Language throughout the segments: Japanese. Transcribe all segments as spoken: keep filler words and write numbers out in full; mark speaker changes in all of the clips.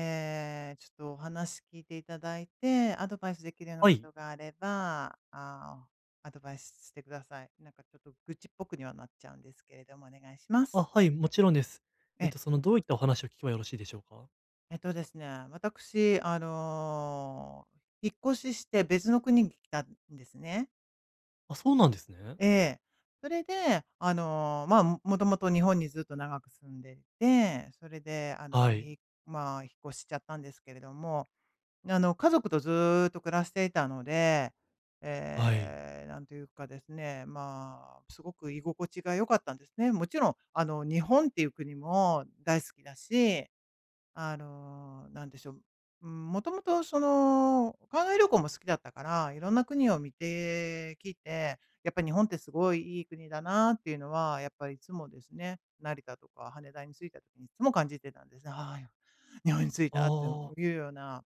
Speaker 1: えーちょっとお話聞いていただいて、アドバイスできるような
Speaker 2: は
Speaker 1: こ
Speaker 2: い。
Speaker 1: とがあれば、あーアドバイスしてください。なんかちょっと愚痴っぽくにはなっちゃうんですけれども、お願いしま
Speaker 2: あ、
Speaker 1: す。
Speaker 2: はい、もちろんです。えっ
Speaker 1: え、
Speaker 2: と、その、どういったお話を聞けばよろしいでしょうか？
Speaker 1: えっとですね、私、あのー引っ越しして別の国に来たんですね。
Speaker 2: あ、そうなんですね。
Speaker 1: ええ、それで、あのーまあ、ももともと日本にずっと長く住んでいて、それで、あ
Speaker 2: は
Speaker 1: の、
Speaker 2: い、
Speaker 1: ひまあ、引っ越しちゃったんですけれども、あの、家族とずーっと暮らしていたので、
Speaker 2: はい。
Speaker 1: ええ、なんというかですね、まあ、すごく居心地が良かったんですね。もちろん、あの、日本っていう国も大好きだし、あの、なんでしょう、うん、もともとその、海外旅行も好きだったから、いろんな国を見てきて、やっぱ日本ってすごいいい国だなっていうのは、やっぱりいつもですね、成田とか羽田に着いた時にいつも感じてたんですね。ああ、日本に着い
Speaker 2: あ
Speaker 1: たって
Speaker 2: あ、
Speaker 1: いうような、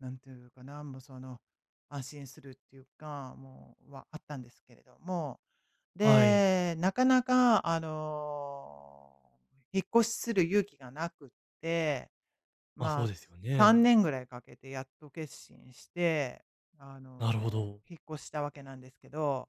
Speaker 1: なんていうかな、もうその、安心するっていうか、もう、はあったんですけれども。
Speaker 2: はい。
Speaker 1: で、なかなかあの、引っ越しする勇気がなくって、
Speaker 2: まあ、
Speaker 1: ま
Speaker 2: そ
Speaker 1: あ、
Speaker 2: うですよ
Speaker 1: 3
Speaker 2: ね。
Speaker 1: 年ぐらいかけてやっと決心して、あ
Speaker 2: なるほ
Speaker 1: の、
Speaker 2: ど。
Speaker 1: 引っ越したわけなんですけど、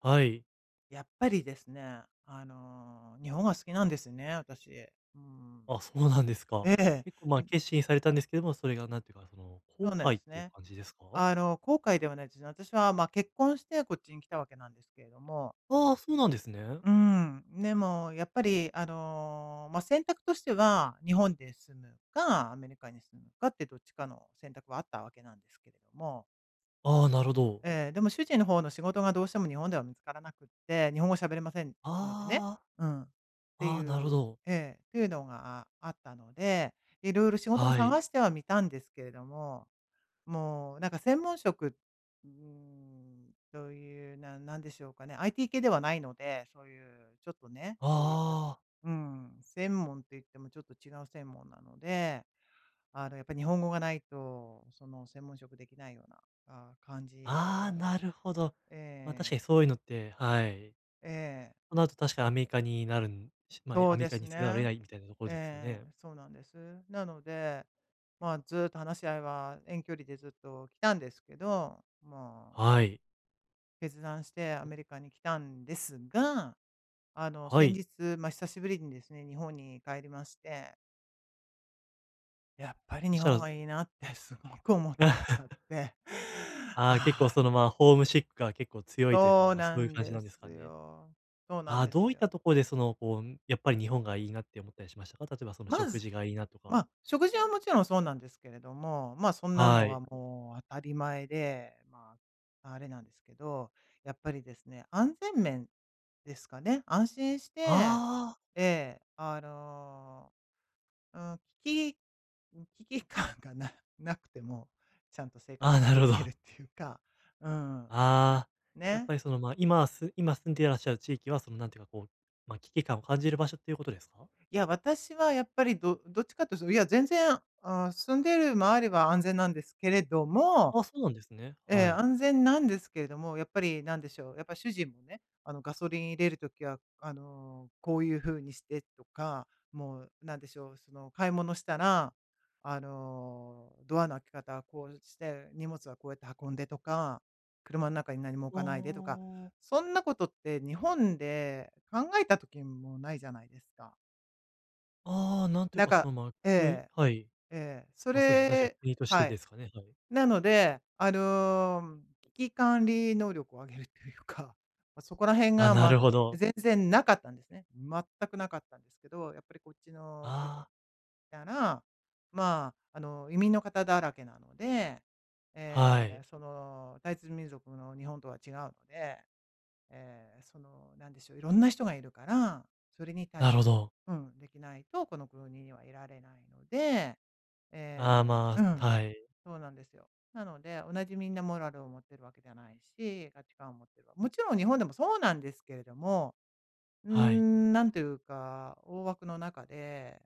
Speaker 2: はい。
Speaker 1: やっぱりですね、あの、日本が好きなんですよね、私。うん。
Speaker 2: あ、そうなんですか。
Speaker 1: え
Speaker 2: 結構、ま、
Speaker 1: え、
Speaker 2: あ
Speaker 1: ん、
Speaker 2: 決心されたんですけども、それがなんていうか、その、
Speaker 1: そ
Speaker 2: 後
Speaker 1: うなんで
Speaker 2: 悔っ
Speaker 1: す
Speaker 2: ていう
Speaker 1: ね。
Speaker 2: 感じですか？
Speaker 1: あの、後悔ではないですね。私は、まあ、結婚してこっちに来たわけなんですけれども、
Speaker 2: ああ、そうなんですね。
Speaker 1: うん、でもやっぱり、あの、まあ、選択としては、日本で住むか、アメリカに住むかってどっちかの選択はあったわけなんですけれども、
Speaker 2: ああ、なるほど。
Speaker 1: ええ、でも主人の方の仕事がどうしても日本では見つからなくって、日本語喋れませんのでね。
Speaker 2: あ
Speaker 1: うん。っ
Speaker 2: あ、
Speaker 1: て
Speaker 2: あ
Speaker 1: い
Speaker 2: あ、なるほ
Speaker 1: う、
Speaker 2: ど。
Speaker 1: ええ、っていうのがあったので、いろいろ仕事も
Speaker 2: はい。
Speaker 1: 探してはみたんですけれども、もうなんか専門職、うーん、という、ななんでしょうかね、アイティー 系ではないので、そういうちょっとね、そういう、
Speaker 2: ああ、
Speaker 1: うん、専門といってもちょっと違う専門なので、あの、やっぱり日本語がないと、その専門職できないような、あ、感じ
Speaker 2: ああ、
Speaker 1: なの
Speaker 2: な
Speaker 1: で、
Speaker 2: るほど。ま、あ確か
Speaker 1: え
Speaker 2: に
Speaker 1: え、
Speaker 2: そういうのってはい。
Speaker 1: ええ、
Speaker 2: その後確かアメリカになるんしまあ、
Speaker 1: そう
Speaker 2: アメ
Speaker 1: で
Speaker 2: リカ
Speaker 1: す
Speaker 2: にせざるを得
Speaker 1: ね。
Speaker 2: ないみたいなところですよ
Speaker 1: え
Speaker 2: ね。
Speaker 1: え、そうなんです。なので、まあ、ずっと話し合いは遠距離でずっと来たんですけど、まあ、
Speaker 2: はい。
Speaker 1: 決断してアメリカに来たんですが、あの、
Speaker 2: は
Speaker 1: 先
Speaker 2: い。
Speaker 1: 日、まあ、久しぶりにですね、日本に帰りまして、やっぱり
Speaker 2: そ
Speaker 1: 日
Speaker 2: した
Speaker 1: 本
Speaker 2: ら
Speaker 1: はいいなって すごく思っちゃ って。
Speaker 2: ああ、結構
Speaker 1: ああ、
Speaker 2: その、まあ、ホームシックが結構強いという
Speaker 1: そ
Speaker 2: か、
Speaker 1: う
Speaker 2: ま、そ
Speaker 1: な
Speaker 2: ういう
Speaker 1: ん
Speaker 2: 感じ
Speaker 1: で
Speaker 2: なんです
Speaker 1: す
Speaker 2: かね。
Speaker 1: よ。そうなん
Speaker 2: ああ、
Speaker 1: で
Speaker 2: ど
Speaker 1: す
Speaker 2: ういった
Speaker 1: よ。
Speaker 2: ところでその、こう、やっぱり日本がいいなって思ったりしましたか？例えばその
Speaker 1: ま
Speaker 2: 食
Speaker 1: ず、
Speaker 2: 事がいいなと
Speaker 1: ま、
Speaker 2: か。
Speaker 1: あ、食事はもちろんそうなんですけれども、ま、あ、そんなの
Speaker 2: は
Speaker 1: は
Speaker 2: い。
Speaker 1: もう当たり前で、まあ、あれなんですけど、やっぱりですね、安全面ですかね。安心して、
Speaker 2: ああ、
Speaker 1: ええ、あの、うん、危機危機感がななくても、ちゃんと生
Speaker 2: あ
Speaker 1: 活
Speaker 2: あ、
Speaker 1: し
Speaker 2: な
Speaker 1: て
Speaker 2: る
Speaker 1: い
Speaker 2: ほど。
Speaker 1: けるっていうか、うん、な、
Speaker 2: ああ、やっ
Speaker 1: ね。
Speaker 2: ぱりその、まあ、今す今住んでいらっしゃる地域はそのなんていうかこう、ま、危機感を感じる場所っていうことですか？
Speaker 1: いや、私はやっぱりどどっちかというと、いや、全然、あ、住んでいる周りは安全なんですけれども、
Speaker 2: ああ、そうなんですね。
Speaker 1: ええ、
Speaker 2: はい。
Speaker 1: 安全なんですけれども、やっぱりなんでしょう、やっぱ主人もね、あの、ガソリン入れるときは、あの、こういう風にしてとか、もうなんでしょう、その買い物したら、あの、ドアの開け方はこうして、荷物はこうやって運んでとか、車の中に何も置
Speaker 2: あ
Speaker 1: かないでとか、
Speaker 2: あ。
Speaker 1: そんなことって日本で考えた時もないじゃないですか。
Speaker 2: ああ、なんという
Speaker 1: なん
Speaker 2: か、そ
Speaker 1: か、
Speaker 2: の、ま、あ
Speaker 1: え
Speaker 2: 国
Speaker 1: え、
Speaker 2: はい。
Speaker 1: ええ、そ
Speaker 2: ま、あそうですね、確かに
Speaker 1: れ、
Speaker 2: 国として
Speaker 1: は
Speaker 2: で
Speaker 1: い。
Speaker 2: すかね、はい。
Speaker 1: なので、あの、危機管理能力を上げるというか、ま、そこら辺
Speaker 2: あ、
Speaker 1: が、
Speaker 2: な
Speaker 1: ま、
Speaker 2: るほど。
Speaker 1: 全然なかったんですね。全くなかったんですけど、やっぱりこっちの国
Speaker 2: ああ、
Speaker 1: から、まあ、あの、移民の方だらけなので、え
Speaker 2: は
Speaker 1: え、
Speaker 2: い。
Speaker 1: その、タイツ民族の日本とは違うので、えー、その、なんでしょう、いろんな人がいるから、それに対
Speaker 2: なるほ
Speaker 1: 処
Speaker 2: ど。
Speaker 1: うん、できないと、この国にはいられないので、
Speaker 2: ああ、
Speaker 1: え
Speaker 2: ま
Speaker 1: ー、う
Speaker 2: あ、
Speaker 1: ん、
Speaker 2: はい、
Speaker 1: そうなんですよ。なので、同じみんなモラルを持ってるわけじゃないし、価値観を持ってるわ、もちろん日本でもそうなんですけれども、うー
Speaker 2: はい。
Speaker 1: ん、なんというか、大枠の中で、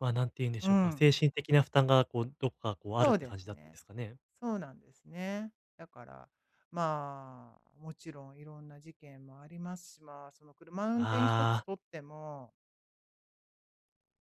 Speaker 2: まあ、なんて言うんで
Speaker 1: う
Speaker 2: しょうか、
Speaker 1: ん。
Speaker 2: 精神的な負担が、こう、どこか、こう、ある
Speaker 1: そ
Speaker 2: っ
Speaker 1: う
Speaker 2: て
Speaker 1: で
Speaker 2: 感じ
Speaker 1: す
Speaker 2: だったんで
Speaker 1: ね。
Speaker 2: すかね？
Speaker 1: そうなんですね。だから、まあ、もちろんいろんな事件もありますし、まあ、その車運転一つ
Speaker 2: ああ、
Speaker 1: とっても、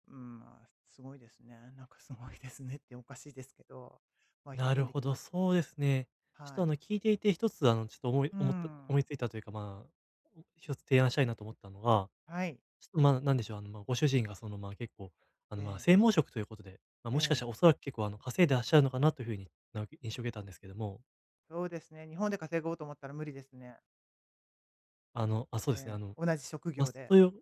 Speaker 1: うん、まあ、すごいですね。なんかすごいですねっておかしいですけど、まあ、表
Speaker 2: なる
Speaker 1: 現で
Speaker 2: ほ
Speaker 1: き
Speaker 2: ど、
Speaker 1: ます。
Speaker 2: そうですね。ちょっ
Speaker 1: は
Speaker 2: と、あ
Speaker 1: い。
Speaker 2: の、聞いていて、一つ、あの、ちょっと思い
Speaker 1: う
Speaker 2: 思った思い
Speaker 1: ん。
Speaker 2: ついたというか、まあ、お一つ提案したいなと思ったのが
Speaker 1: はい。
Speaker 2: ちょっと、まあ、なんでしょう、あの、まあ、ご主人がその、まあ、結構、あ
Speaker 1: え
Speaker 2: の、まあ、
Speaker 1: え。
Speaker 2: 性毛色ということで、まあ、
Speaker 1: え
Speaker 2: もしかした
Speaker 1: え。
Speaker 2: らおそらく結構、あの、稼いでらっしゃるのかなというふうにな印象を受けたんですけども、
Speaker 1: そうですね。日本で稼ごうと思ったら無理ですね。
Speaker 2: あの、あ、そうですね、あ
Speaker 1: ええ。
Speaker 2: の、
Speaker 1: 同じ職
Speaker 2: まあ、
Speaker 1: 業で。
Speaker 2: という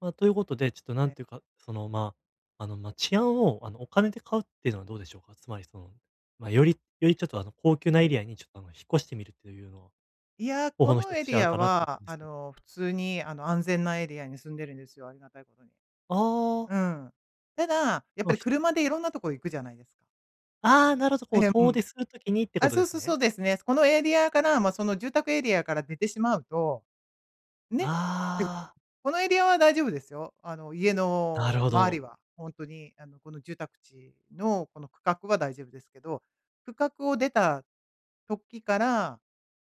Speaker 2: まあ、ということで、ちょっとな
Speaker 1: え
Speaker 2: んていう
Speaker 1: え。
Speaker 2: か、その、まあ、あの、まあ、治安を、あの、お金で買うっていうのはどうでしょうか？つまりその、まあ、よりよりちょっと、あの、高級
Speaker 1: え
Speaker 2: なエリ
Speaker 1: え。
Speaker 2: アにちょっと、あの、引っ越してみるっていうのは
Speaker 1: いや、
Speaker 2: 方
Speaker 1: こ
Speaker 2: 法の
Speaker 1: の
Speaker 2: 一つ
Speaker 1: エ
Speaker 2: として
Speaker 1: リ
Speaker 2: ある
Speaker 1: ア
Speaker 2: かなと思った
Speaker 1: は、
Speaker 2: んです
Speaker 1: あ
Speaker 2: けど。
Speaker 1: の、普通に、あの、安全なエリアに住んでるんですよ。ありがたいことに。
Speaker 2: ああ、
Speaker 1: うん。ただ、やっ
Speaker 2: ま
Speaker 1: ぱ
Speaker 2: あ、
Speaker 1: り
Speaker 2: ふ
Speaker 1: 車でいろんなとこ行くじゃないですか。
Speaker 2: ああ、なるほど、こう
Speaker 1: ええ、う
Speaker 2: 遠出
Speaker 1: ん。
Speaker 2: するときにってこ
Speaker 1: あ、
Speaker 2: とで
Speaker 1: そう
Speaker 2: す
Speaker 1: そうそ
Speaker 2: ね。
Speaker 1: うですね。このエリアから、まあ、その住宅エリアから出てしまうと、ね。で、
Speaker 2: あ
Speaker 1: このエリアは大丈夫ですよ。あの、家
Speaker 2: あ、なる
Speaker 1: の
Speaker 2: ほ
Speaker 1: 周り
Speaker 2: ど。
Speaker 1: は、本当に、あの、この住宅地のこの区画は大丈夫ですけど、区画を出た時から、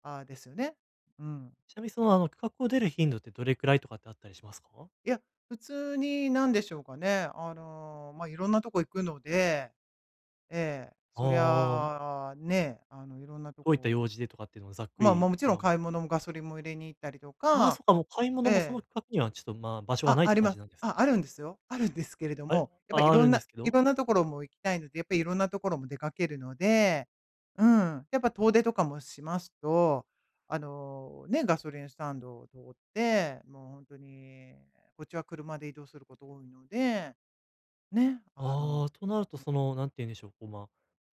Speaker 1: あ、ですよね。うん。
Speaker 2: ちなみにその、あの、企画を出る頻度ってどれくらいとかってあったりしますか？
Speaker 1: いや、普通に何でしょうかね、あの、まあ、いろんなとこ行くので、ええ、
Speaker 2: あ
Speaker 1: そり
Speaker 2: あ、
Speaker 1: ゃあ、ね、あの、いろんなと
Speaker 2: どういった
Speaker 1: こ、
Speaker 2: 用事でとかっていうのをざっく
Speaker 1: まあ、ま、
Speaker 2: り、
Speaker 1: もちろ
Speaker 2: ま
Speaker 1: ん
Speaker 2: あ、
Speaker 1: 買い物もガソリンも入れに行ったりと
Speaker 2: ああ、
Speaker 1: か、
Speaker 2: そっか、もう買い
Speaker 1: え
Speaker 2: 物もその
Speaker 1: え、
Speaker 2: 企画にはちょっと、まあ、場所が
Speaker 1: あ、
Speaker 2: ないっ
Speaker 1: あ
Speaker 2: て
Speaker 1: り
Speaker 2: 感
Speaker 1: ま
Speaker 2: じ
Speaker 1: す。
Speaker 2: なんです。
Speaker 1: あ、あるんですよ。あるんですけれど
Speaker 2: あれ
Speaker 1: も、やっぱりい
Speaker 2: あ、あ
Speaker 1: ろ
Speaker 2: る
Speaker 1: ん
Speaker 2: んで
Speaker 1: な
Speaker 2: すけ
Speaker 1: い
Speaker 2: ど
Speaker 1: ろんなところも行きたいので、やっぱりいろんなところも出かけるので、うん、やっぱ遠出とかもしますと、あの、ね、ガソリンスタンドを通って、もう本当に、こっちは車で移動すること多いので、ね、あの、
Speaker 2: ああ、となるとその、なんて言うんでしょう、こう、ま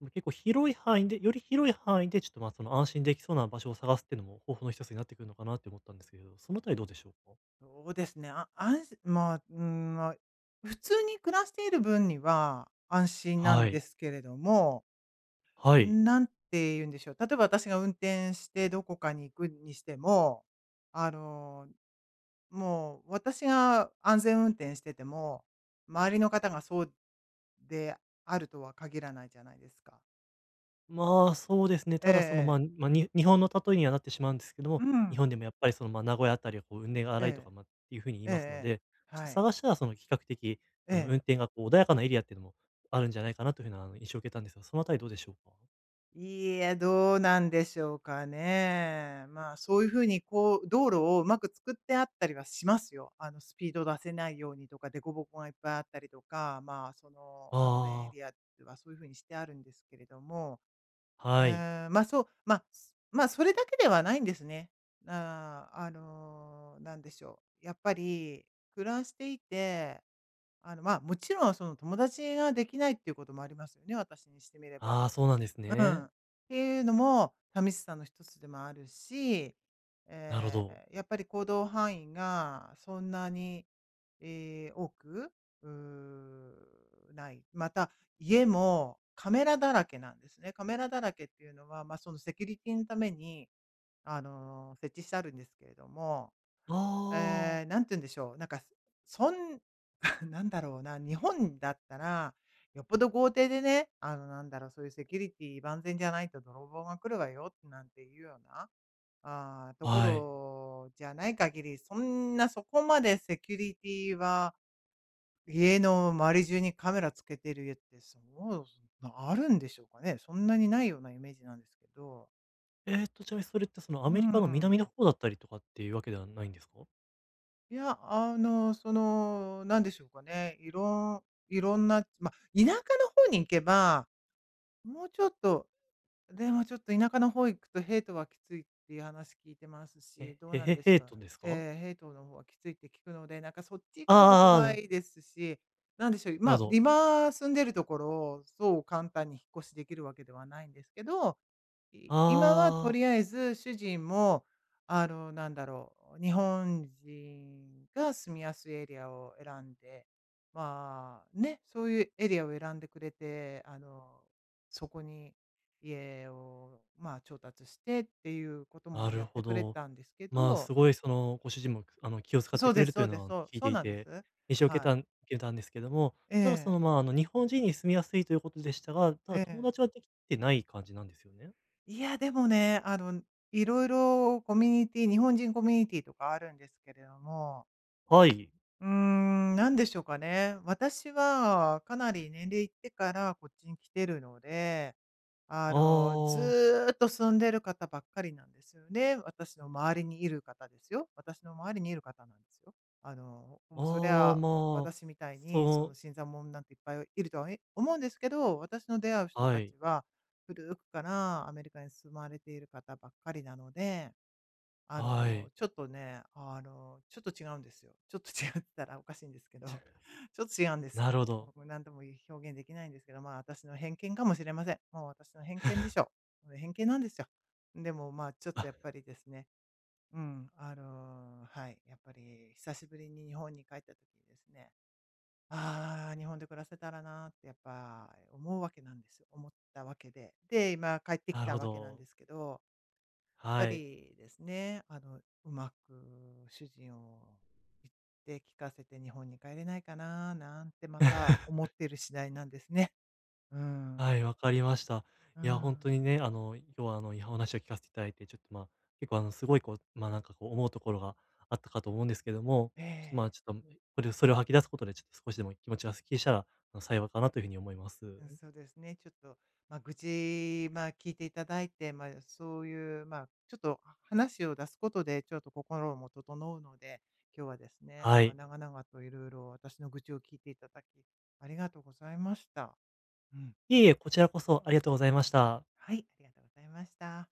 Speaker 2: あ、結構広い範囲でより広い範囲でちょっと、まあ、その、安心できそうな場所を探すっていうのも方法の一つになってくるのかなって思ったんですけど、そのあたりどうでしょうか？
Speaker 1: そうですね。あ、安心、まあ、うん、ま、普通に暮らしている分には安心なん
Speaker 2: は
Speaker 1: で
Speaker 2: い。
Speaker 1: すけれども、
Speaker 2: はい。
Speaker 1: なんて言うんでしょう、例えば私が運転してどこかに行くにしても、あの、もう私が安全運転してても、周りの方がそうであるとは限らないじゃないですか。
Speaker 2: まあ、そうですね。
Speaker 1: ええ
Speaker 2: ただその、ま
Speaker 1: え
Speaker 2: あ、
Speaker 1: え。
Speaker 2: まあ、に日本の例えにはなってしまうんですけど
Speaker 1: う
Speaker 2: も、日
Speaker 1: ん。
Speaker 2: 本でもやっぱりその、ま、名古屋あたりはこう運転が荒いと
Speaker 1: え
Speaker 2: か、
Speaker 1: え。
Speaker 2: ま、っていうふうに言い
Speaker 1: ええ
Speaker 2: ますの
Speaker 1: ええ。
Speaker 2: で、ちょっと
Speaker 1: はい。
Speaker 2: 探したらその比較的、
Speaker 1: え
Speaker 2: あの、
Speaker 1: え。
Speaker 2: 運転がこう穏やかなエリアっていうのもあるんじゃないかなというふうな、あの、印象を受けたんですが、そのあたりどうでしょうか？
Speaker 1: いいえ、どうなんでしょうかね。まあ、そういうふうにこう、道路をうまく作ってあったりはしますよ。あの、スピード出せないようにとか、凸凹がいっぱいあったりとか、まあ、その、
Speaker 2: あ
Speaker 1: 安全エ
Speaker 2: あ、
Speaker 1: リアはそういうふうにしてあるんですけれども、う
Speaker 2: はい。
Speaker 1: ーん、まあ、そう、まあ、す、まあ、それだけではないんですね。ああ、あの、なんでしょう、やっぱり暮らしていて、あの、まあ、もちろんその友達ができないっていうこともありますよね、私にしてみれば。
Speaker 2: ああ、そうなんです
Speaker 1: う
Speaker 2: ね。
Speaker 1: ん。っていうのも寂しさの一つでもあるし、
Speaker 2: なるほ
Speaker 1: え
Speaker 2: ど。
Speaker 1: ー、やっぱり行動範囲がそんなに、えー、多く、うー、ない。また、家もカメラだらけなんですね。カメラだらけっていうのは、まあ、そのセキュリティのために、あの、設置してあるんですけれども、
Speaker 2: あ
Speaker 1: え
Speaker 2: あ、
Speaker 1: え、なんて言うんでしょう、なんか、そん なんだろうな、日本だったら、よっぽど豪邸でね、あの、なんだろう、そういうセキュリティ万全じゃないと泥棒が来るわよなんていうような、あーとこ
Speaker 2: はい。
Speaker 1: ろじゃない限り、そんなそこまでセキュリティは、家の周り中にカメラつけてる家って、そう、あるんでしょうかね。そんなにないようなイメージなんですけど。
Speaker 2: えーっと、ちなみにそれってそのア
Speaker 1: うー
Speaker 2: メリカの南の
Speaker 1: ん。
Speaker 2: 方だったりとかっていうわけではないんですか？
Speaker 1: いや、あの、その、なんでしょうかね、いろんいろんな、まあ、田舎の方に行けば、もうちょっと、でもちょっと田舎の方行くとヘイトはきついっていう話聞いてます
Speaker 2: え、
Speaker 1: し、どう
Speaker 2: へ
Speaker 1: なん
Speaker 2: へ
Speaker 1: でし
Speaker 2: へ
Speaker 1: ょ
Speaker 2: ー
Speaker 1: う。
Speaker 2: とですか？
Speaker 1: ええ、ヘイトの方はきついって聞くので、なんかそっち行
Speaker 2: あ
Speaker 1: くのも
Speaker 2: あああ、
Speaker 1: 怖
Speaker 2: な
Speaker 1: いですし、なんでしょう、
Speaker 2: な
Speaker 1: ま
Speaker 2: る
Speaker 1: あ、
Speaker 2: ほど。
Speaker 1: 今住んでるところをそう簡単に引っ越しできるわけではないんですけど、い
Speaker 2: あ
Speaker 1: 今はとり
Speaker 2: あ。
Speaker 1: あえず主人も、あの、なんだろう、日本人が住みやすいエリアを選んで、まあね、そういうエリアを選んでくれて、あの、そこに家を、まあ、調達してっていうこと
Speaker 2: な
Speaker 1: もや
Speaker 2: る
Speaker 1: っ
Speaker 2: ほ
Speaker 1: てくれ
Speaker 2: ど。
Speaker 1: たんですけ
Speaker 2: まあ、
Speaker 1: ど、
Speaker 2: すごいそのご主人も、あの、気を遣っ
Speaker 1: そ
Speaker 2: て
Speaker 1: う
Speaker 2: く
Speaker 1: で
Speaker 2: れる
Speaker 1: す
Speaker 2: と
Speaker 1: そ
Speaker 2: いう
Speaker 1: うで
Speaker 2: の
Speaker 1: す、
Speaker 2: は
Speaker 1: そう、
Speaker 2: 聞い
Speaker 1: そ
Speaker 2: て
Speaker 1: う
Speaker 2: い
Speaker 1: なんで
Speaker 2: て、
Speaker 1: す。
Speaker 2: 印象を受け
Speaker 1: は
Speaker 2: た
Speaker 1: い。
Speaker 2: ん受けたんですけども、
Speaker 1: え
Speaker 2: ただそ
Speaker 1: え、
Speaker 2: の、まあ、あの、日本人に住みやすいということでしたが、た
Speaker 1: え
Speaker 2: だ友達
Speaker 1: え。
Speaker 2: はできてない感じなんですよね？
Speaker 1: いや、でもね、あの、いろいろコミュニティ、日本人コミュニティとかあるんですけれども、
Speaker 2: はい。
Speaker 1: うーん、なんでしょうかね。私はかなり年齢いってからこっちに来てるので、あ
Speaker 2: あ
Speaker 1: の、
Speaker 2: あ、
Speaker 1: ずーっと住んでる方ばっかりなんですよね。私の周りにいる方ですよ。私の周りにいる方なんですよ。あの、もうそり
Speaker 2: ああ、
Speaker 1: ゃ、
Speaker 2: まあ、
Speaker 1: 私みたいに、その
Speaker 2: そう
Speaker 1: 新参者なんていっぱいいるとは思うんですけど、私の出会う人
Speaker 2: は
Speaker 1: た
Speaker 2: い、
Speaker 1: ちは、古くからアメリカに住まれている方ばっかりなので、あ
Speaker 2: は
Speaker 1: の、
Speaker 2: い。
Speaker 1: ちょっとね、あの、ちょっと違うんですよ。ちょっと違うって言ったらおかしいんですけど、ちょっと違うんです
Speaker 2: な
Speaker 1: よ。
Speaker 2: るほ
Speaker 1: も
Speaker 2: ど。
Speaker 1: う何とも表現できないんですけど、まあ私の偏見かもしれません。もう私の偏見でしょう。偏見なんですよ。でもまあちょっ と
Speaker 2: あ、
Speaker 1: やっぱりですね、うん、あの、はい、やっぱり久しぶりに日本に帰った時にですね、ああ、日本で暮らせたらなーってやっぱ思うわけなんですよ。思ったわけで。で、今帰ってき
Speaker 2: なる
Speaker 1: た
Speaker 2: ほ
Speaker 1: わけなんで
Speaker 2: ど。
Speaker 1: すけど、やっぱ
Speaker 2: はい。
Speaker 1: りですね、あの、うまく主人を言って聞かせて日本に帰れないかな、なんてまた思っている次第なんですね。うん。
Speaker 2: はい、わかりました。
Speaker 1: う
Speaker 2: いや、本
Speaker 1: ん。
Speaker 2: 当にね、あの、今日はあの、いや、お話を聞かせていただいて、ちょっと、まあ、結構あの、すごいこう、まあ、なんかこう思うところがあったかと思うんですけども、
Speaker 1: え
Speaker 2: ちょっと、まあ、
Speaker 1: え。
Speaker 2: ちょっと、これそれを吐き出すことで、ちょっと少しでも気持ちがスッキリしたら、あの、幸いかなというふうに思います。
Speaker 1: うん、そうですね。ちょっと、まあ、愚痴、まあ、聞いていただいて、まあ、そういう、まあ、ちょっと話を出すことで、ちょっと心も整うので、今日はですね、
Speaker 2: は
Speaker 1: まあ、
Speaker 2: い。
Speaker 1: 長々と色々私の愚痴を聞いていただき、ありがとうございました。うん。
Speaker 2: いえいえ、こちらこそありがとうございました。
Speaker 1: はい、ありがとうございました。